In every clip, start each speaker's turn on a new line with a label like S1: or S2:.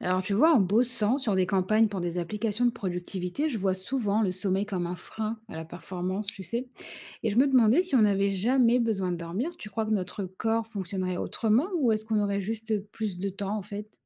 S1: Alors, tu vois, en bossant sur des campagnes pour des applications de productivité, je vois souvent le sommeil comme un frein à la performance, tu sais. Et je me demandais si on n'avait jamais besoin de dormir, tu crois que notre corps fonctionnerait autrement ou est-ce qu'on aurait juste plus de temps en fait?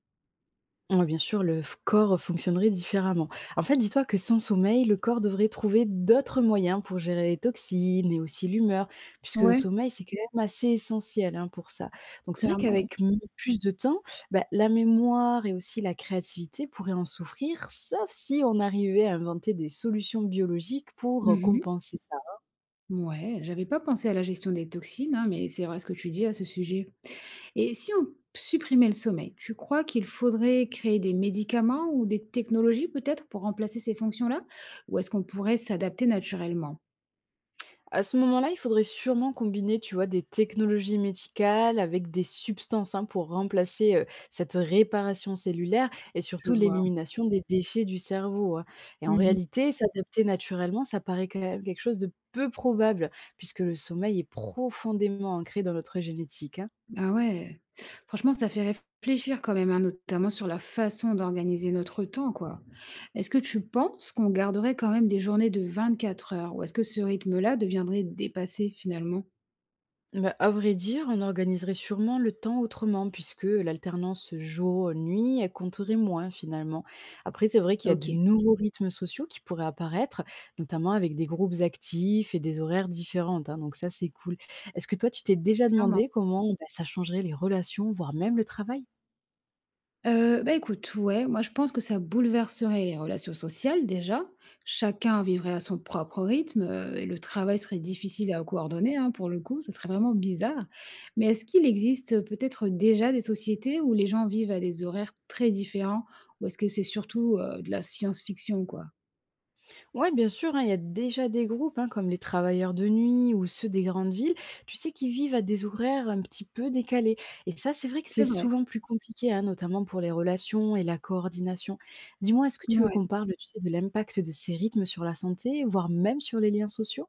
S2: Ouais, bien sûr, le f corps fonctionnerait différemment. En fait, dis-toi que sans sommeil, le corps devrait trouver d'autres moyens pour gérer les toxines et aussi l'humeur, puisque le
S1: Ouais,
S2: sommeil, c'est quand même assez essentiel hein, pour ça. Donc, c'est vrai
S1: clairement. Ouais.
S2: qu'avec plus de temps, bah, la mémoire et aussi la créativité pourraient en souffrir, sauf si on arrivait à inventer des solutions biologiques pour
S1: Mhm.
S2: compenser ça.
S1: Ouais, j'avais pas pensé à la gestion des toxines, hein, mais c'est vrai ce que tu dis à ce sujet. Et si on supprimait le sommeil, tu crois qu'il faudrait créer des médicaments ou des technologies peut-être pour remplacer ces fonctions-là? Ou est-ce qu'on pourrait s'adapter naturellement?
S2: À ce moment-là, il faudrait sûrement combiner, tu vois, des technologies médicales avec des substances hein, pour remplacer cette réparation cellulaire et
S1: Je
S2: surtout
S1: vois.
S2: l'élimination des déchets du cerveau, hein. Et en
S1: Mmh.
S2: réalité, s'adapter naturellement, ça paraît quand même quelque chose de peu probable, puisque le sommeil est profondément ancré dans notre génétique, hein.
S1: Ah ouais! Franchement, ça fait réfléchir quand même, hein, notamment sur la façon d'organiser notre temps, quoi. Est-ce que tu penses qu'on garderait quand même des journées de 24 heures? Ou est-ce que ce rythme-là deviendrait dépassé finalement?
S2: Bah, à vrai dire, on organiserait sûrement le temps autrement, puisque l'alternance jour-nuit, elle compterait moins finalement. Après, c'est vrai qu'il
S1: Ah,
S2: y a de
S1: OK,
S2: nouveaux rythmes sociaux qui pourraient apparaître, notamment avec des groupes actifs et des horaires différentes, hein, donc ça, c'est cool. Est-ce que toi, tu t'es déjà
S1: clairement.
S2: demandé comment bah, ça changerait les relations, voire même le travail?
S1: Bah, écoute, ouais, moi, je pense que ça bouleverserait les relations sociales, déjà. Chacun vivrait à son propre rythme, et le travail serait difficile à coordonner, hein, pour le coup, ça serait vraiment bizarre. Mais est-ce qu'il existe, peut-être déjà des sociétés où les gens vivent à des horaires très différents? Ou est-ce que c'est surtout, de la science-fiction, quoi?
S2: Ouais, bien sûr, hein, il y a déjà des groupes hein, comme les travailleurs de nuit ou ceux des grandes villes, tu sais, qui vivent à des horaires un petit peu décalés. Et ça, c'est vrai que
S1: C'est
S2: c'est
S1: vrai,
S2: souvent plus compliqué, hein, notamment pour les relations et la coordination. Dis-moi, est-ce que tu veux
S1: mouais.
S2: qu'on parle, tu sais, de l'impact de ces rythmes sur la santé, voire même sur les liens sociaux?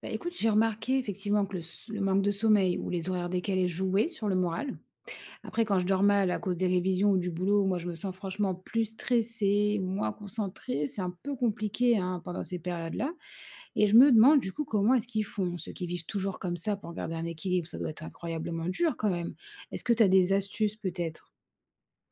S1: Bah, écoute, j'ai remarqué effectivement que le manque de sommeil ou les horaires décalés jouaient sur le moral. Après, quand je dors mal à cause des révisions ou du boulot, moi, je me sens franchement plus stressée, moins concentrée. C'est un peu compliqué hein, pendant ces périodes-là. Et je me demande, du coup, comment est-ce qu'ils font, ceux qui vivent toujours comme ça pour garder un équilibre. Ça doit être incroyablement dur quand même. Est-ce que tu as des astuces peut-être?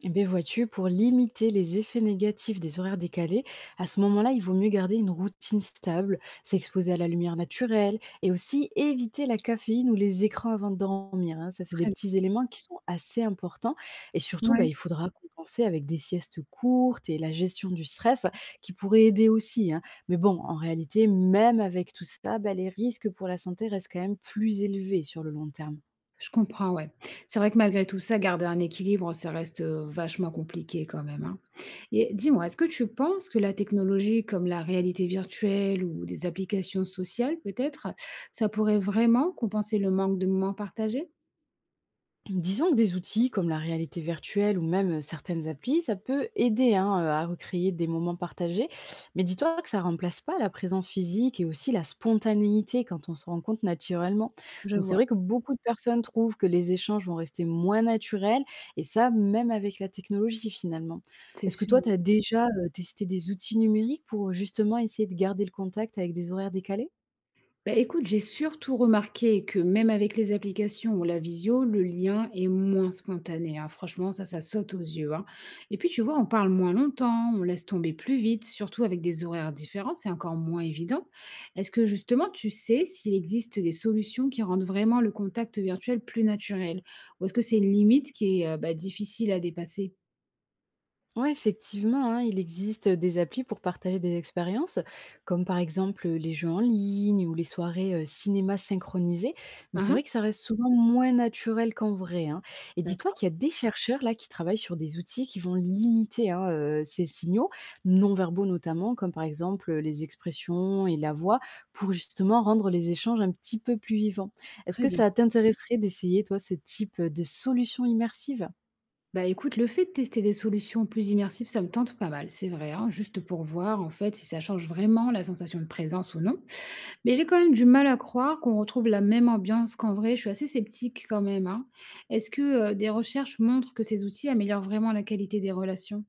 S2: Eh bien, vois-tu, pour limiter les effets négatifs des horaires décalés, à ce moment-là, il vaut mieux garder une routine stable, s'exposer à la lumière naturelle et aussi éviter la caféine ou les écrans avant de dormir, hein. Ça, c'est des
S1: Très bien.
S2: petits éléments qui sont assez importants. Et surtout, bah,
S1: Ouais.
S2: il faudra compenser avec des siestes courtes et la gestion du stress qui pourrait aider aussi, hein. Mais bon, en réalité, même avec tout ça, bah, les risques pour la santé restent quand même plus élevés sur le long terme.
S1: Je comprends, ouais. C'est vrai que malgré tout ça, garder un équilibre, ça reste vachement compliqué quand même, hein. Et dis-moi, est-ce que tu penses que la technologie comme la réalité virtuelle ou des applications sociales peut-être, ça pourrait vraiment compenser le manque de moments partagés?
S2: Disons que des outils comme la réalité virtuelle ou même certaines applis, ça peut aider hein, à recréer des moments partagés. Mais dis-toi que ça remplace pas la présence physique et aussi la spontanéité quand on se rencontre naturellement.
S1: Je
S2: Donc c'est
S1: vois,
S2: vrai que beaucoup de personnes trouvent que les échanges vont rester moins naturels et ça même avec la technologie finalement.
S1: c'est
S2: Est-ce que
S1: sûr.
S2: toi, tu as déjà testé des outils numériques pour justement essayer de garder le contact avec des horaires décalés?
S1: Bah, écoute, j'ai surtout remarqué que même avec les applications ou la visio, le lien est moins spontané, hein. Franchement, ça saute aux yeux, hein. Et puis, tu vois, on parle moins longtemps, on laisse tomber plus vite, surtout avec des horaires différents, c'est encore moins évident. Est-ce que justement, tu sais s'il existe des solutions qui rendent vraiment le contact virtuel plus naturel? Ou est-ce que c'est une limite qui est bah, difficile à dépasser?
S2: Ouais, effectivement, hein, il existe des applis pour partager des expériences, comme par exemple les jeux en ligne ou les soirées cinéma synchronisées. Mais c'est
S1: Uhum,
S2: vrai que ça reste souvent moins naturel qu'en vrai, hein. Et dis-toi
S1: d'accord,
S2: qu'il y a des chercheurs là qui travaillent sur des outils qui vont limiter hein, ces signaux non-verbaux notamment, comme par exemple les expressions et la voix, pour justement rendre les échanges un petit peu plus vivants. Est-ce
S1: très
S2: que
S1: bien.
S2: ça t'intéresserait d'essayer toi ce type de solution immersive?
S1: Bah écoute, le fait de tester des solutions plus immersives, ça me tente pas mal, c'est vrai, hein, juste pour voir en fait si ça change vraiment la sensation de présence ou non. Mais j'ai quand même du mal à croire qu'on retrouve la même ambiance qu'en vrai, je suis assez sceptique quand même, hein. Est-ce que des recherches montrent que ces outils améliorent vraiment la qualité des relations?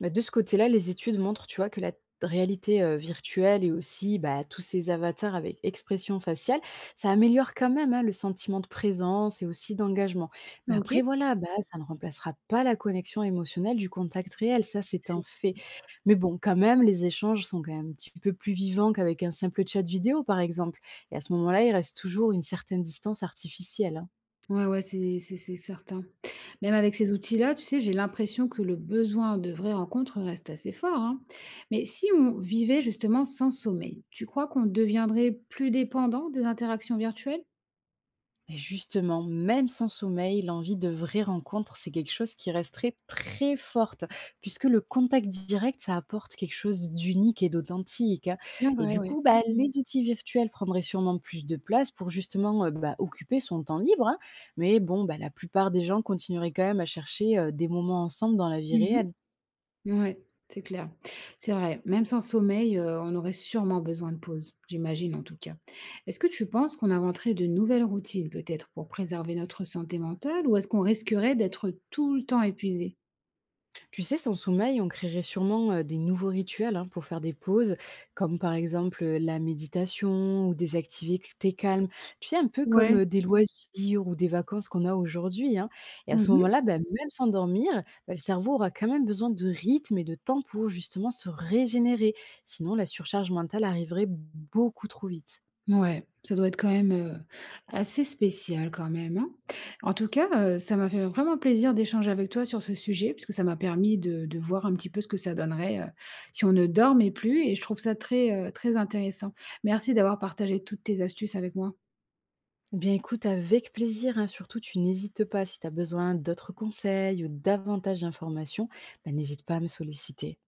S2: Bah, de ce côté-là, les études montrent, tu vois, que la réalité virtuelle et aussi bah, tous ces avatars avec expression faciale, ça améliore quand même hein, le sentiment de présence et aussi d'engagement. Mais
S1: Ok.
S2: après, voilà, bah, ça ne remplacera pas la connexion émotionnelle du contact réel, ça c'est un
S1: C'est-
S2: fait. Mais bon, quand même, les échanges sont quand même un petit peu plus vivants qu'avec un simple chat vidéo, par exemple. Et à ce moment-là, il reste toujours une certaine distance artificielle, hein.
S1: Ouais, ouais, c'est certain. Même avec ces outils-là, tu sais, j'ai l'impression que le besoin de vraies rencontres reste assez fort, hein. Mais si on vivait justement sans sommeil, tu crois qu'on deviendrait plus dépendant des interactions virtuelles?
S2: Et justement, même sans sommeil, l'envie de vraies rencontres, c'est quelque chose qui resterait très forte, puisque le contact direct, ça apporte quelque chose d'unique et d'authentique, hein.
S1: Bien
S2: Et
S1: vrai,
S2: du
S1: ouais.
S2: coup, bah, Mhm. Les outils virtuels prendraient sûrement plus de place pour justement bah, occuper son temps libre, hein. Mais bon, bah, la plupart des gens continueraient quand même à chercher des moments ensemble dans la vie
S1: Mhm.
S2: réelle.
S1: Ouais, c'est clair. C'est vrai. Même sans sommeil, on aurait sûrement besoin de pause, j'imagine en tout cas. Est-ce que tu penses qu'on inventerait de nouvelles routines peut-être pour préserver notre santé mentale ou est-ce qu'on risquerait d'être tout le temps épuisé?
S2: Tu sais, sans sommeil, on créerait sûrement des nouveaux rituels hein, pour faire des pauses, comme par exemple la méditation ou des activités calmes. Tu sais, un peu comme
S1: Ouais.
S2: des loisirs ou des vacances qu'on a aujourd'hui, hein. Et à ce moment-là, bah, même sans dormir, bah, le cerveau aura quand même besoin de rythme et de temps pour justement se régénérer. Sinon, la surcharge mentale arriverait beaucoup trop vite.
S1: Ouais, ça doit être quand même, assez spécial quand même, hein? En tout cas, ça m'a fait vraiment plaisir d'échanger avec toi sur ce sujet, puisque ça m'a permis de voir un petit peu ce que ça donnerait, si on ne dormait plus et je trouve ça très, très intéressant. Merci d'avoir partagé toutes tes astuces avec moi.
S2: Eh bien écoute, avec plaisir, hein. Surtout tu n'hésites pas si tu as besoin d'autres conseils ou davantage d'informations, bah, n'hésite pas à me solliciter.